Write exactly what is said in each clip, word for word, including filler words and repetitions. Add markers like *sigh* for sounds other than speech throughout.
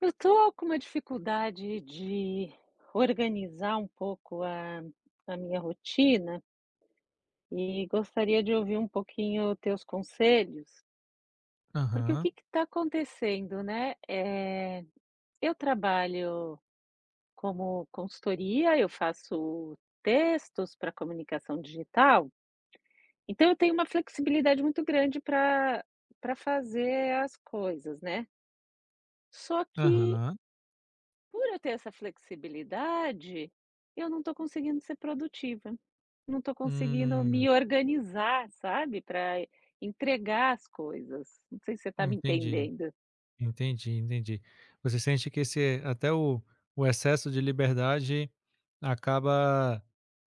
Eu tô com uma dificuldade de organizar um pouco a a minha rotina e gostaria de ouvir um pouquinho teus conselhos, porque o Aham, que está acontecendo, né, eh, eu trabalho como consultoria, eu faço textos para comunicação digital, então eu tenho uma flexibilidade muito grande para para fazer as coisas, né. Só que aham. por eu ter essa flexibilidade, eu não estou conseguindo ser produtiva. Não estou conseguindo Hum, me organizar, sabe, para entregar as coisas. Não sei se você está me entendi, entendendo. entendi, entendi. Você sente que esse até o o excesso de liberdade acaba,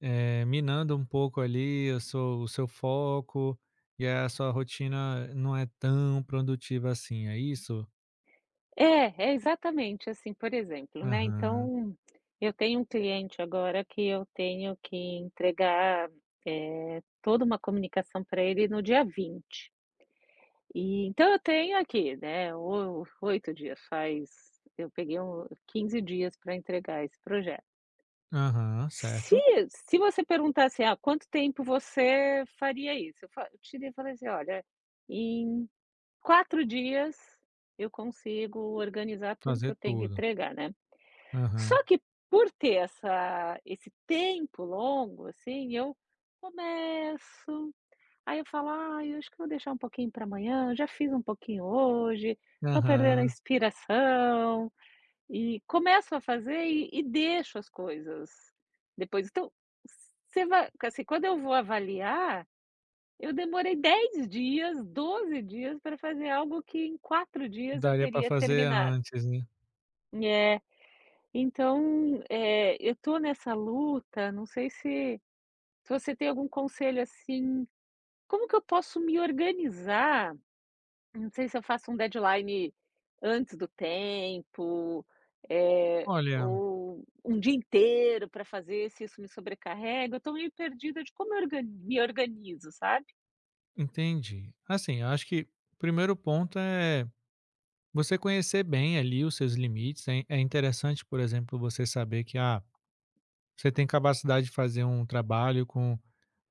eh, minando um pouco ali o seu o seu foco, e a sua rotina não é tão produtiva assim, é isso? É, é exatamente assim, por exemplo, né, Aham, então, eu tenho um cliente agora que eu tenho que entregar, eh, toda uma comunicação para ele no dia vinte. E então eu tenho aqui, né, o oito dias, faz eu peguei um quinze dias para entregar esse projeto. aham, Se certo. se você perguntasse: "Ah, quanto tempo você faria isso?" Eu fa eu tirei e falei assim: "Olha, em quatro dias eu consigo organizar tudo que Fazer eu tenho que tudo. entregar, né". Aham, Só que por ter essa esse tempo longo, assim, eu começo, aí eu falo: "Ah, eu acho que vou deixar um pouquinho para amanhã, eu já fiz um pouquinho hoje, tô perdendo a aham. inspiração". E começo a fazer e e deixo as coisas depois. Então, você vai assim, quando eu vou avaliar, eu demorei dez dias, doze dias para fazer algo que em quatro dias eu Daria para teria fazer terminado. antes, né. É, então, eh, eu estou nessa luta, não sei se se você tem algum conselho, assim, como que eu posso me organizar. Não sei se eu faço um deadline antes do tempo, eh, Olha, ou um dia inteiro para fazer, se isso me sobrecarrega. Eu tô meio perdida de como eu orga me organizo, sabe. entendi. Assim, eu acho que o primeiro ponto é você conhecer bem ali os seus limites, é é interessante, por exemplo, você saber que, ah, você tem capacidade de fazer um trabalho com,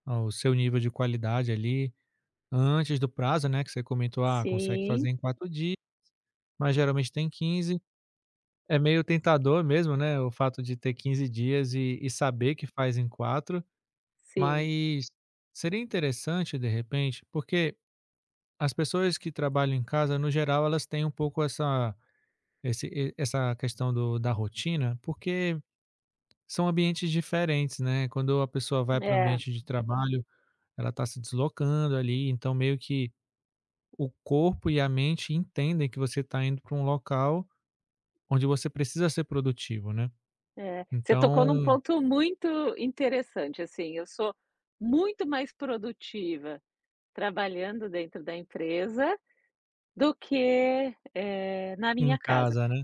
ah, o seu nível de qualidade ali antes do prazo, né, que você comentou, ah, consegue Sim, fazer em quatro dias, mas geralmente tem quinze. É meio tentador mesmo, né, o fato de ter quinze dias e e saber que faz em quatro, sim. mas seria interessante, de repente, porque as pessoas que trabalham em casa, no geral, elas têm um pouco essa, esse e essa questão do da rotina, porque são ambientes diferentes, né, quando a pessoa vai para o É, ambiente de trabalho, ela está se deslocando ali, então meio que o corpo e a mente entendem que você está indo para um local onde você precisa ser produtivo, né. é. Você tocou num Então ponto muito interessante, assim, eu sou muito mais produtiva trabalhando dentro da empresa do que, eh, na em minha casa. casa, né.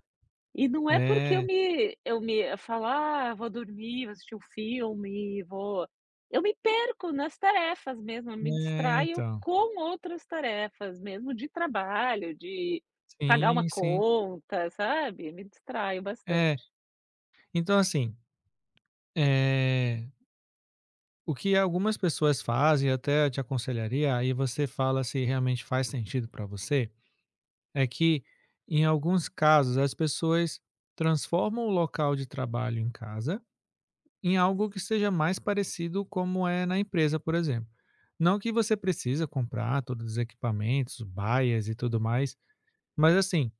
E não é porque eu É, me eu me eu falo: "Ah, vou dormir, vou assistir um filme, vou". Eu me perco nas tarefas mesmo, eu me é distraio então. com outras tarefas, mesmo de trabalho, de pagar uma Sim, sim. conta, sabe, me distraio É, bastante. então assim, eh, o que algumas pessoas fazem, até eu te aconselharia, aí você fala se realmente faz sentido para você. É que, em alguns casos, as pessoas transformam o local de trabalho em casa em algo que seja mais parecido como é na empresa, por exemplo. Não que você precisa comprar todos os equipamentos, baias e tudo mais, mas assim,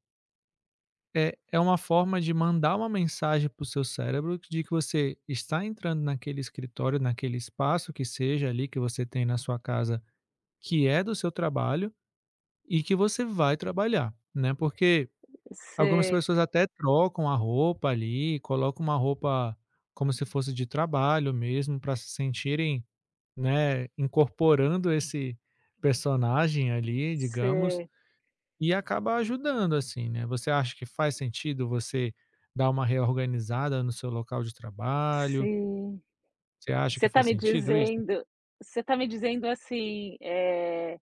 é, é uma forma de mandar uma mensagem para o seu cérebro de que você está entrando naquele escritório, naquele espaço que seja ali que você tem na sua casa, que é do seu trabalho e que você vai trabalhar, né? Porque algumas Sei, pessoas até trocam a roupa ali, colocam uma roupa como se fosse de trabalho mesmo, para se sentirem, né, incorporando esse personagem ali, digamos, sei, e acaba ajudando, assim, né. Você acha que faz sentido você dar uma reorganizada no seu local de trabalho? sim. Você acha Você que tá faz me sentido isso? dizendo Você tá me dizendo, assim, eh,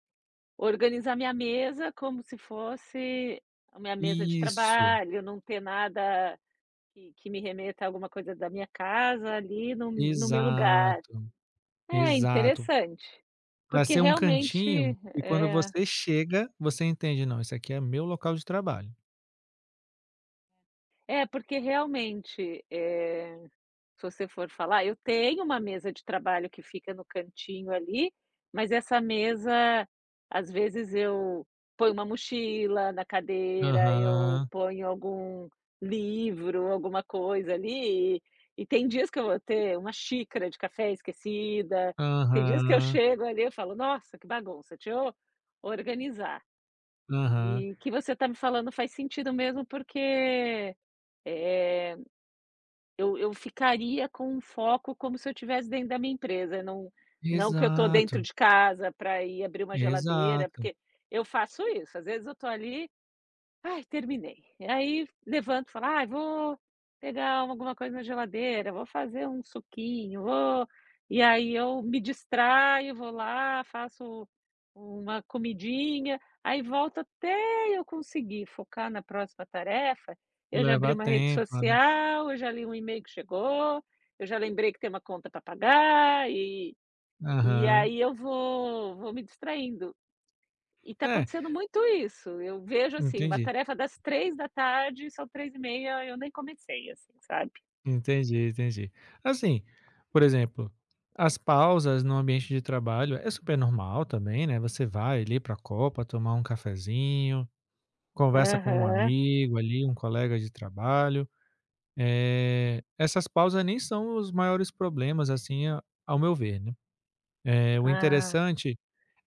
organizar minha mesa como se fosse a minha mesa de Isso, trabalho, não ter nada que que me remeta a alguma coisa da minha casa ali no no meu lugar. exato, É exato. interessante, Pra porque ser um realmente, cantinho e quando é você chega, você entende: "Não, esse aqui é meu local de trabalho". é porque realmente, eh se você for falar, eu tenho uma mesa de trabalho que fica no cantinho ali, mas essa mesa, às vezes eu ponho uma mochila na cadeira, eu Aham, ponho algum livro, alguma coisa ali, e e tem dias que eu vou ter uma xícara de café esquecida, tem dias que eu aham, chego ali, eu falo: "Nossa, que bagunça, deixa eu organizar". aham. E o que você está me falando faz sentido mesmo, porque, eh eu eu ficaria com um foco como se eu estivesse dentro da minha empresa, não não que eu estou dentro Exato, de casa para ir abrir uma geladeira, exato. porque eu faço isso, às vezes eu estou ali, ai, terminei. E aí levanto e falo: "Ai, vou pegar alguma coisa na geladeira, vou fazer um suquinho, vou". E aí eu me distraio, vou lá, faço uma comidinha, aí volto até eu conseguir focar na próxima tarefa, eu já abri Leva uma rede tempo, né. social, eu já li um e-mail que chegou, eu já lembrei que tem uma conta para pagar e e Aham. aí eu vou vou me distraindo. E está É, acontecendo muito isso. Eu vejo, assim, uma entendi, tarefa das três da tarde, são três e meia, eu nem comecei, assim, sabe. entendi, entendi. Assim, por exemplo, as pausas no ambiente de trabalho é super normal também, né, você vai ali para a copa tomar um cafezinho, conversa com um Aham. amigo ali, um colega de trabalho. É, essas pausas nem são os maiores problemas, assim, a ao meu ver, né. Eh, o Ah, interessante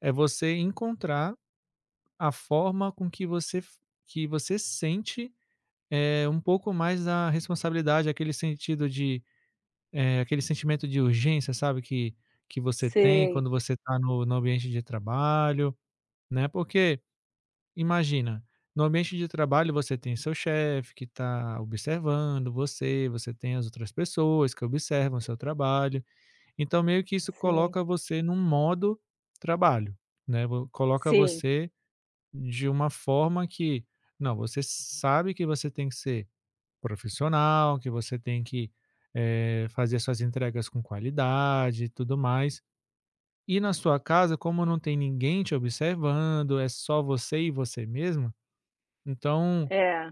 é você encontrar a forma com que você f que você sente, eh, um pouco mais da responsabilidade, aquele sentido de, eh, aquele sentimento de urgência, sabe, que que você tem sei. quando você está no no ambiente de trabalho, né. Porque, imagina, no ambiente de trabalho você tem seu chefe que está observando você, você tem as outras pessoas que observam o seu trabalho, então meio que isso Sim, coloca você num modo trabalho, né, vo coloca sim. você de uma forma que, não, você sabe que você tem que ser profissional, que você tem que, eh, fazer suas entregas com qualidade e tudo mais. E na sua casa, como não tem ninguém te observando, é só você e você mesmo, então É,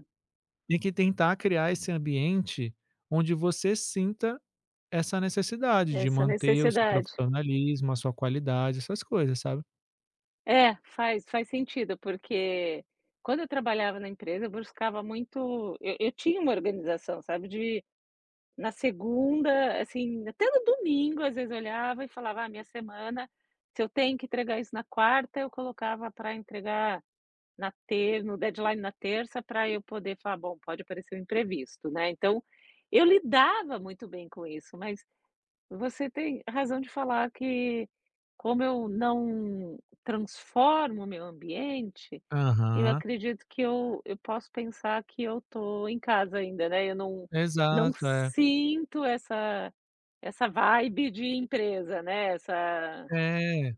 tem que tentar criar esse ambiente onde você sinta essa necessidade de essa manter o seu necessidade. profissionalismo, a sua qualidade, essas coisas, sabe. É, faz faz sentido, porque quando eu trabalhava na empresa, eu buscava muito, eu eu tinha uma organização, sabe, de na segunda, assim, até no domingo, às vezes, eu olhava e falava: "Ah, minha semana, se eu tenho que entregar isso na quarta, eu colocava para entregar na ter no deadline na terça para eu poder falar: 'Bom, pode aparecer um imprevisto'", né, então, eu lidava muito bem com isso, mas você tem razão de falar que como eu não transformo o meu ambiente, eu Aham. acredito que eu eu posso pensar que eu tô em casa ainda, né, eu não não Exato, é. sinto essa essa vibe de empresa, né, essa É.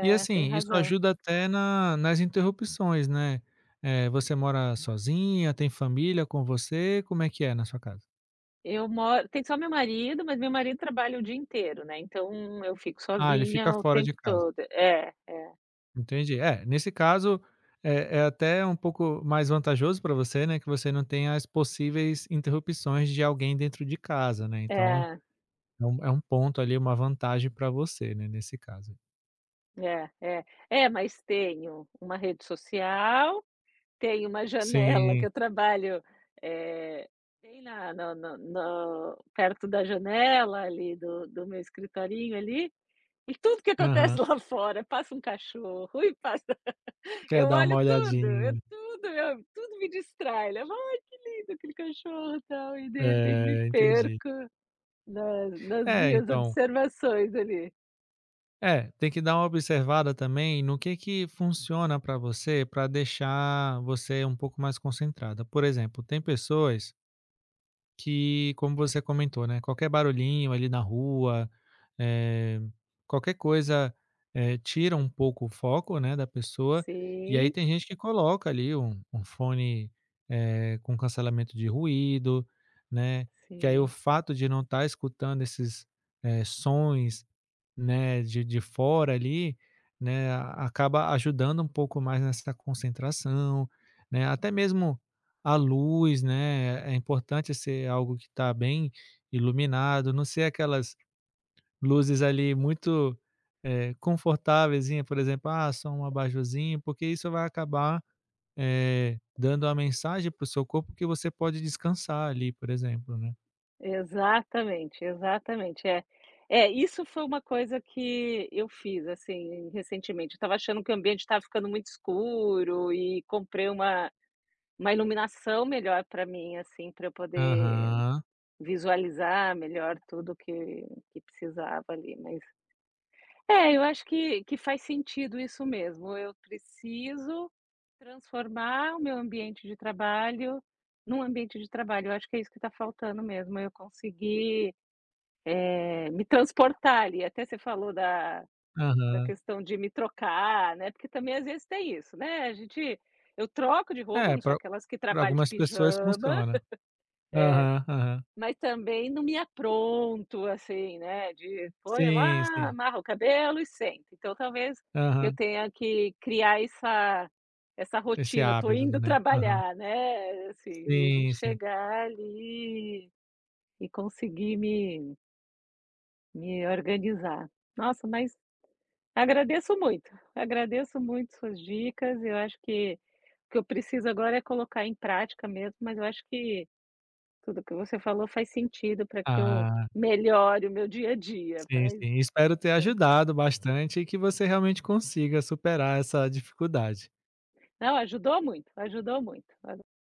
E tem assim, isso razão. ajuda até na nas interrupções, né. Eh, você mora sozinha, tem família com você, como é que é na sua casa? Eu moro tem só meu marido, mas meu marido trabalha o dia inteiro, né, então eu fico Ah, ele sozinha fica o fora tempo de casa, todo. É, entendi. É, nesse caso, é é até um pouco mais vantajoso para você, né, que você não tem as possíveis interrupções de alguém dentro de casa, né, então é, é um é um ponto ali, uma vantagem para você, né, nesse caso. é, é. É, mas tenho uma rede social, tenho uma janela que Sim, eu trabalho, eh, bem na no no no perto da janela ali do do meu escritorinho ali, e tudo que acontece aham. *laughs* lá fora, passa um cachorro e passa. Quer Eu dar uma olho tudo, eu olhadinha. tudo eu tudo me distrai, né. "Ai, que lindo aquele cachorro", e tal, e de repente me É, entendi. perco na nas É, minhas então, observações ali. é, tem que dar uma observada também no que que funciona para você, para deixar você um pouco mais concentrada. Por exemplo, tem pessoas que, como você comentou, né, qualquer barulhinho ali na rua, eh, qualquer coisa, eh, tira um pouco o foco, né, da pessoa, e aí Sim, tem gente que coloca ali um um fone, eh, com cancelamento de ruído, né, que aí o sim. fato de não estar escutando esses, eh, sons, né, de de fora ali, né, a- acaba ajudando um pouco mais nessa concentração, né, até mesmo a luz, né, é importante ser algo que está bem iluminado, não ser aquelas luzes ali muito, eh, confortáveiszinha, por exemplo, ah, só um abajurzinho, porque isso vai acabar, eh, dando a mensagem para o seu corpo que você pode descansar ali, por exemplo, né. Exatamente, exatamente. É é, isso foi uma coisa que eu fiz, assim, recentemente. Eu estava achando que o ambiente estava ficando muito escuro e comprei uma uma iluminação melhor para mim, assim, para eu poder Aham, visualizar melhor tudo que que precisava ali, mas é, eu acho que que faz sentido isso mesmo, eu preciso transformar o meu ambiente de trabalho num ambiente de trabalho, eu acho que é isso que está faltando mesmo, eu conseguir, eh, me transportar ali, até você falou da da aham. questão de me trocar, né, porque também às vezes tem isso, né, a gente eu troco de roupa, É, não sou para aquelas que trabalho de algumas pessoas pijama. funciona. Aham, aham. Mas também não me apronto, assim, né, de põe Sim, lá, sim. amarra o cabelo e senta. Então talvez eu Aham. tenha que criar essa essa Esse rotina, tô hábito, indo né. Aham. trabalhar, né, assim, de Sim, sim. chegar ali e conseguir me me organizar. Nossa, mas agradeço muito, agradeço muito suas dicas, eu acho que o que eu preciso agora é colocar em prática mesmo, mas eu acho que tudo que você falou faz sentido para que eu Ah, melhore o meu dia a dia, sim, faz sim. Espero ter faz. ajudado bastante e que você realmente consiga superar essa dificuldade. Não, ajudou muito, ajudou muito.